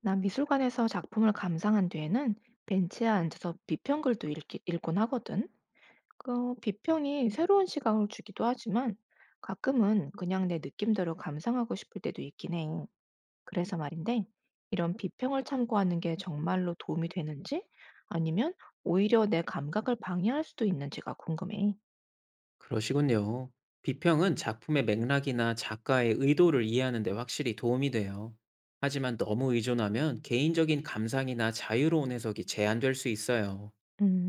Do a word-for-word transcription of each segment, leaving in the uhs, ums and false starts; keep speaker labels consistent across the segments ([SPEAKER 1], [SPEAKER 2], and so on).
[SPEAKER 1] 나 미술관에서 작품을 감상한 뒤에는 벤치에 앉아서 비평글도 읽기, 읽곤 하거든. 그 비평이 새로운 시각을 주기도 하지만 가끔은 그냥 내 느낌대로 감상하고 싶을 때도 있긴 해. 그래서 말인데, 이런 비평을 참고하는 게 정말로 도움이 되는지 아니면 오히려 내 감각을 방해할 수도 있는지가 궁금해.
[SPEAKER 2] 그러시군요. 비평은 작품의 맥락이나 작가의 의도를 이해하는 데 확실히 도움이 돼요. 하지만 너무 의존하면 개인적인 감상이나 자유로운 해석이 제한될 수 있어요.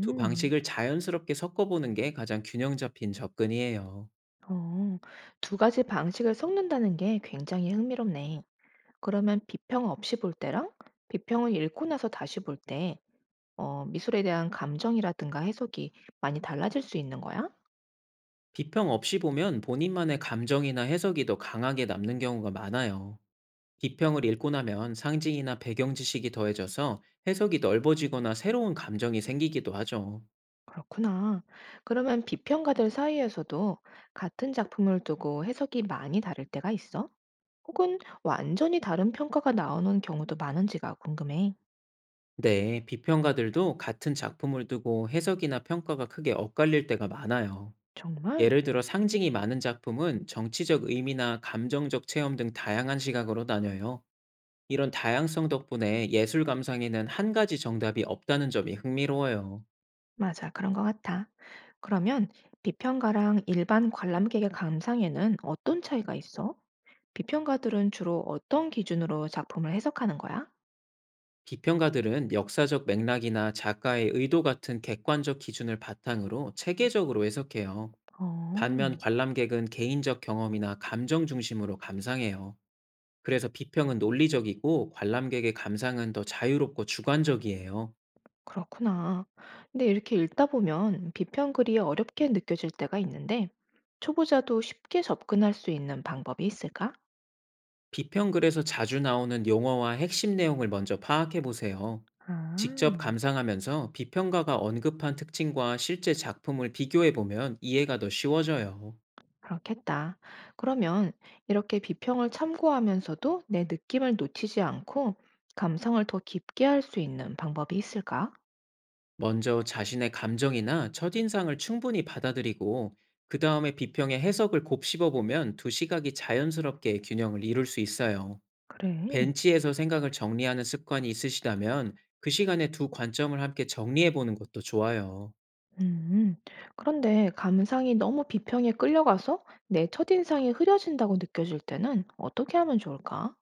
[SPEAKER 2] 두 방식을 자연스럽게 섞어보는 게 가장 균형 잡힌 접근이에요.
[SPEAKER 1] 어, 두 가지 방식을 섞는다는 게 굉장히 흥미롭네. 그러면 비평 없이 볼 때랑 비평을 읽고 나서 다시 볼 때, 어, 미술에 대한 감정이라든가 해석이 많이 달라질 수 있는 거야?
[SPEAKER 2] 비평 없이 보면 본인만의 감정이나 해석이 더 강하게 남는 경우가 많아요. 비평을 읽고 나면 상징이나 배경 지식이 더해져서 해석이 넓어지거나 새로운 감정이 생기기도 하죠.
[SPEAKER 1] 그렇구나. 그러면 비평가들 사이에서도 같은 작품을 두고 해석이 많이 다를 때가 있어? 혹은 완전히 다른 평가가 나오는 경우도 많은지가 궁금해.
[SPEAKER 2] 네, 비평가들도 같은 작품을 두고 해석이나 평가가 크게 엇갈릴 때가 많아요.
[SPEAKER 1] 정말?
[SPEAKER 2] 예를 들어 상징이 많은 작품은 정치적 의미나 감정적 체험 등 다양한 시각으로 나뉘어요. 이런 다양성 덕분에 예술 감상에는 한 가지 정답이 없다는 점이 흥미로워요.
[SPEAKER 1] 맞아, 그런 것 같아. 그러면 비평가랑 일반 관람객의 감상에는 어떤 차이가 있어? 비평가들은 주로 어떤 기준으로 작품을 해석하는 거야?
[SPEAKER 2] 비평가들은 역사적 맥락이나 작가의 의도 같은 객관적 기준을 바탕으로 체계적으로 해석해요.
[SPEAKER 1] 어.
[SPEAKER 2] 반면 관람객은 개인적 경험이나 감정 중심으로 감상해요. 그래서 비평은 논리적이고 관람객의 감상은 더 자유롭고 주관적이에요.
[SPEAKER 1] 그렇구나. 근데 이렇게 읽다 보면 비평 글이 어렵게 느껴질 때가 있는데, 초보자도 쉽게 접근할 수 있는 방법이 있을까?
[SPEAKER 2] 비평 글에서 자주 나오는 용어와 핵심 내용을 먼저 파악해 보세요. 직접
[SPEAKER 1] 아.
[SPEAKER 2] 감상하면서 비평가가 언급한 특징과 실제 작품을 비교해 보면 이해가 더 쉬워져요.
[SPEAKER 1] 그렇겠다. 그러면 이렇게 비평을 참고하면서도 내 느낌을 놓치지 않고 감성을 더 깊게 할 수 있는 방법이 있을까?
[SPEAKER 2] 먼저 자신의 감정이나 첫인상을 충분히 받아들이고 그 다음에 비평의 해석을 곱씹어 보면 두 시각이 자연스럽게 균형을 이룰 수 있어요.
[SPEAKER 1] 그래.
[SPEAKER 2] 벤치에서 생각을 정리하는 습관이 있으시다면 그 시간에 두 관점을 함께 정리해 보는 것도 좋아요.
[SPEAKER 1] 음, 그런데 감상이 너무 비평에 끌려가서 내 첫인상이 흐려진다고 느껴질 때는 어떻게 하면 좋을까?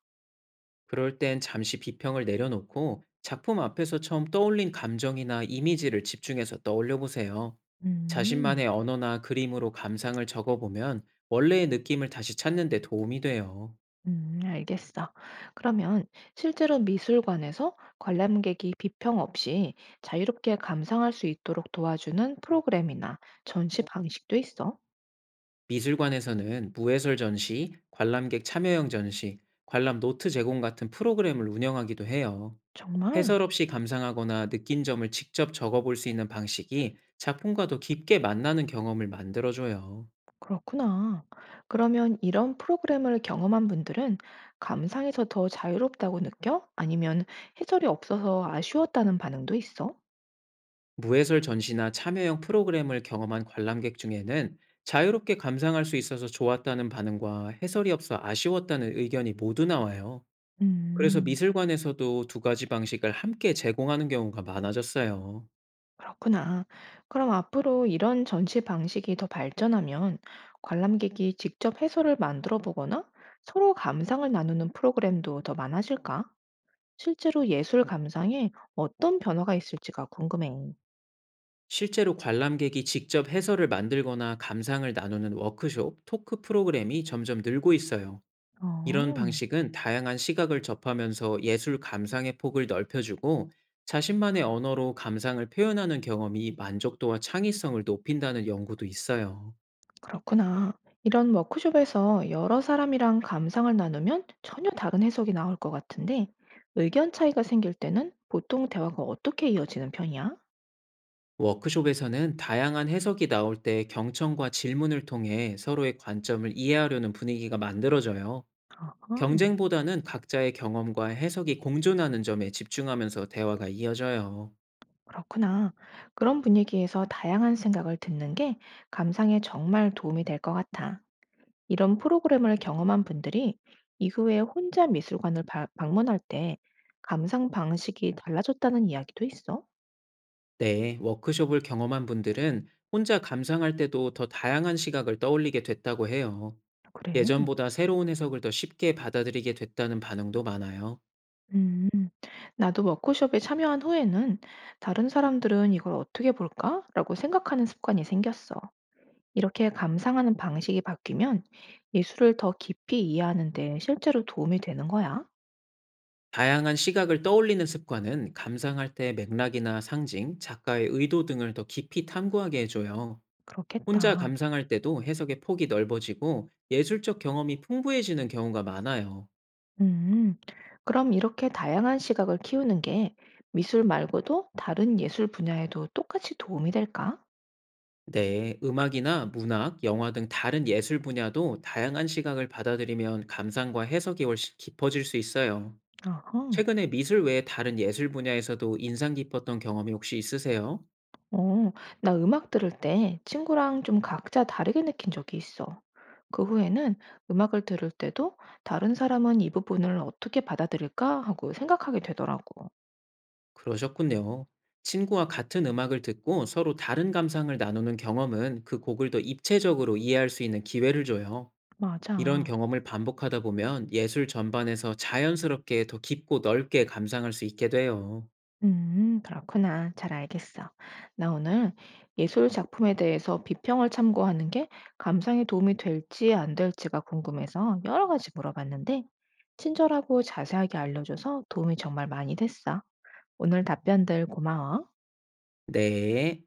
[SPEAKER 2] 그럴 땐 잠시 비평을 내려놓고 작품 앞에서 처음 떠올린 감정이나 이미지를 집중해서 떠올려 보세요.
[SPEAKER 1] 음,
[SPEAKER 2] 자신만의 언어나 그림으로 감상을 적어보면 원래의 느낌을 다시 찾는 데 도움이 돼요.
[SPEAKER 1] 음, 알겠어. 그러면 실제로 미술관에서 관람객이 비평 없이 자유롭게 감상할 수 있도록 도와주는 프로그램이나 전시 방식도 있어?
[SPEAKER 2] 미술관에서는 무해설 전시, 관람객 참여형 전시, 관람 노트 제공 같은 프로그램을 운영하기도 해요.
[SPEAKER 1] 정말?
[SPEAKER 2] 해설 없이 감상하거나 느낀 점을 직접 적어볼 수 있는 방식이 작품과 더 깊게 만나는 경험을 만들어줘요.
[SPEAKER 1] 그렇구나. 그러면 이런 프로그램을 경험한 분들은 감상에서 더 자유롭다고 느껴? 아니면 해설이 없어서 아쉬웠다는 반응도 있어?
[SPEAKER 2] 무해설 전시나 참여형 프로그램을 경험한 관람객 중에는 자유롭게 감상할 수 있어서 좋았다는 반응과 해설이 없어 아쉬웠다는 의견이 모두 나와요. 그래서
[SPEAKER 1] 음,
[SPEAKER 2] 미술관에서도 두 가지 방식을 함께 제공하는 경우가 많아졌어요.
[SPEAKER 1] 그렇구나. 그럼 앞으로 이런 전시 방식이 더 발전하면 관람객이 직접 해설을 만들어 보거나 서로 감상을 나누는 프로그램도 더 많아질까? 실제로 예술 감상에 어떤 변화가 있을지가 궁금해.
[SPEAKER 2] 실제로 관람객이 직접 해설을 만들거나 감상을 나누는 워크숍, 토크 프로그램이 점점 늘고 있어요. 이런
[SPEAKER 1] 어.
[SPEAKER 2] 방식은 다양한 시각을 접하면서 예술 감상의 폭을 넓혀주고 자신만의 언어로 감상을 표현하는 경험이 만족도와 창의성을 높인다는 연구도 있어요.
[SPEAKER 1] 그렇구나. 이런 워크숍에서 여러 사람이랑 감상을 나누면 전혀 다른 해석이 나올 것 같은데, 의견 차이가 생길 때는 보통 대화가 어떻게 이어지는 편이야?
[SPEAKER 2] 워크숍에서는 다양한 해석이 나올 때 경청과 질문을 통해 서로의 관점을 이해하려는 분위기가 만들어져요.
[SPEAKER 1] 아하,
[SPEAKER 2] 경쟁보다는 각자의 경험과 해석이 공존하는 점에 집중하면서 대화가 이어져요.
[SPEAKER 1] 그렇구나. 그런 분위기에서 다양한 생각을 듣는 게 감상에 정말 도움이 될 것 같아. 이런 프로그램을 경험한 분들이 이후에 혼자 미술관을 바- 방문할 때 감상 방식이 달라졌다는 이야기도 있어.
[SPEAKER 2] 네, 워크숍을 경험한 분들은 혼자 감상할 때도 더 다양한 시각을 떠올리게 됐다고 해요.
[SPEAKER 1] 그래.
[SPEAKER 2] 예전보다 새로운 해석을 더 쉽게 받아들이게 됐다는 반응도 많아요.
[SPEAKER 1] 음, 나도 워크숍에 참여한 후에는 다른 사람들은 이걸 어떻게 볼까? 라고 생각하는 습관이 생겼어. 이렇게 감상하는 방식이 바뀌면 예술을 더 깊이 이해하는데 실제로 도움이 되는 거야.
[SPEAKER 2] 다양한 시각을 떠올리는 습관은 감상할 때 맥락이나 상징, 작가의 의도 등을 더 깊이 탐구하게 해줘요. 혼자
[SPEAKER 1] 그렇겠다.
[SPEAKER 2] 감상할 때도 해석의 폭이 넓어지고 예술적 경험이 풍부해지는 경우가 많아요.
[SPEAKER 1] 음, 그럼 이렇게 다양한 시각을 키우는 게 미술 말고도 다른 예술 분야에도 똑같이 도움이 될까?
[SPEAKER 2] 네, 음악이나 문학, 영화 등 다른 예술 분야도 다양한 시각을 받아들이면 감상과 해석이 훨씬 깊어질 수 있어요.
[SPEAKER 1] 아하.
[SPEAKER 2] 최근에 미술 외에 다른 예술 분야에서도 인상 깊었던 경험이 혹시 있으세요?
[SPEAKER 1] 어, 나 음악 들을 때 친구랑 좀 각자 다르게 느낀 적이 있어. 그 후에는 음악을 들을 때도 다른 사람은 이 부분을 어떻게 받아들일까 하고 생각하게 되더라고.
[SPEAKER 2] 그러셨군요. 친구와 같은 음악을 듣고 서로 다른 감상을 나누는 경험은 그 곡을 더 입체적으로 이해할 수 있는 기회를 줘요. 이런
[SPEAKER 1] 맞아.
[SPEAKER 2] 경험을 반복하다 보면 예술 전반에서 자연스럽게 더 깊고 넓게 감상할 수 있게 돼요.
[SPEAKER 1] 음, 그렇구나. 잘 알겠어. 나 오늘 예술 작품에 대해서 비평을 참고하는 게 감상에 도움이 될지 안 될지가 궁금해서 여러 가지 물어봤는데, 친절하고 자세하게 알려줘서 도움이 정말 많이 됐어. 오늘 답변들 고마워.
[SPEAKER 2] 네.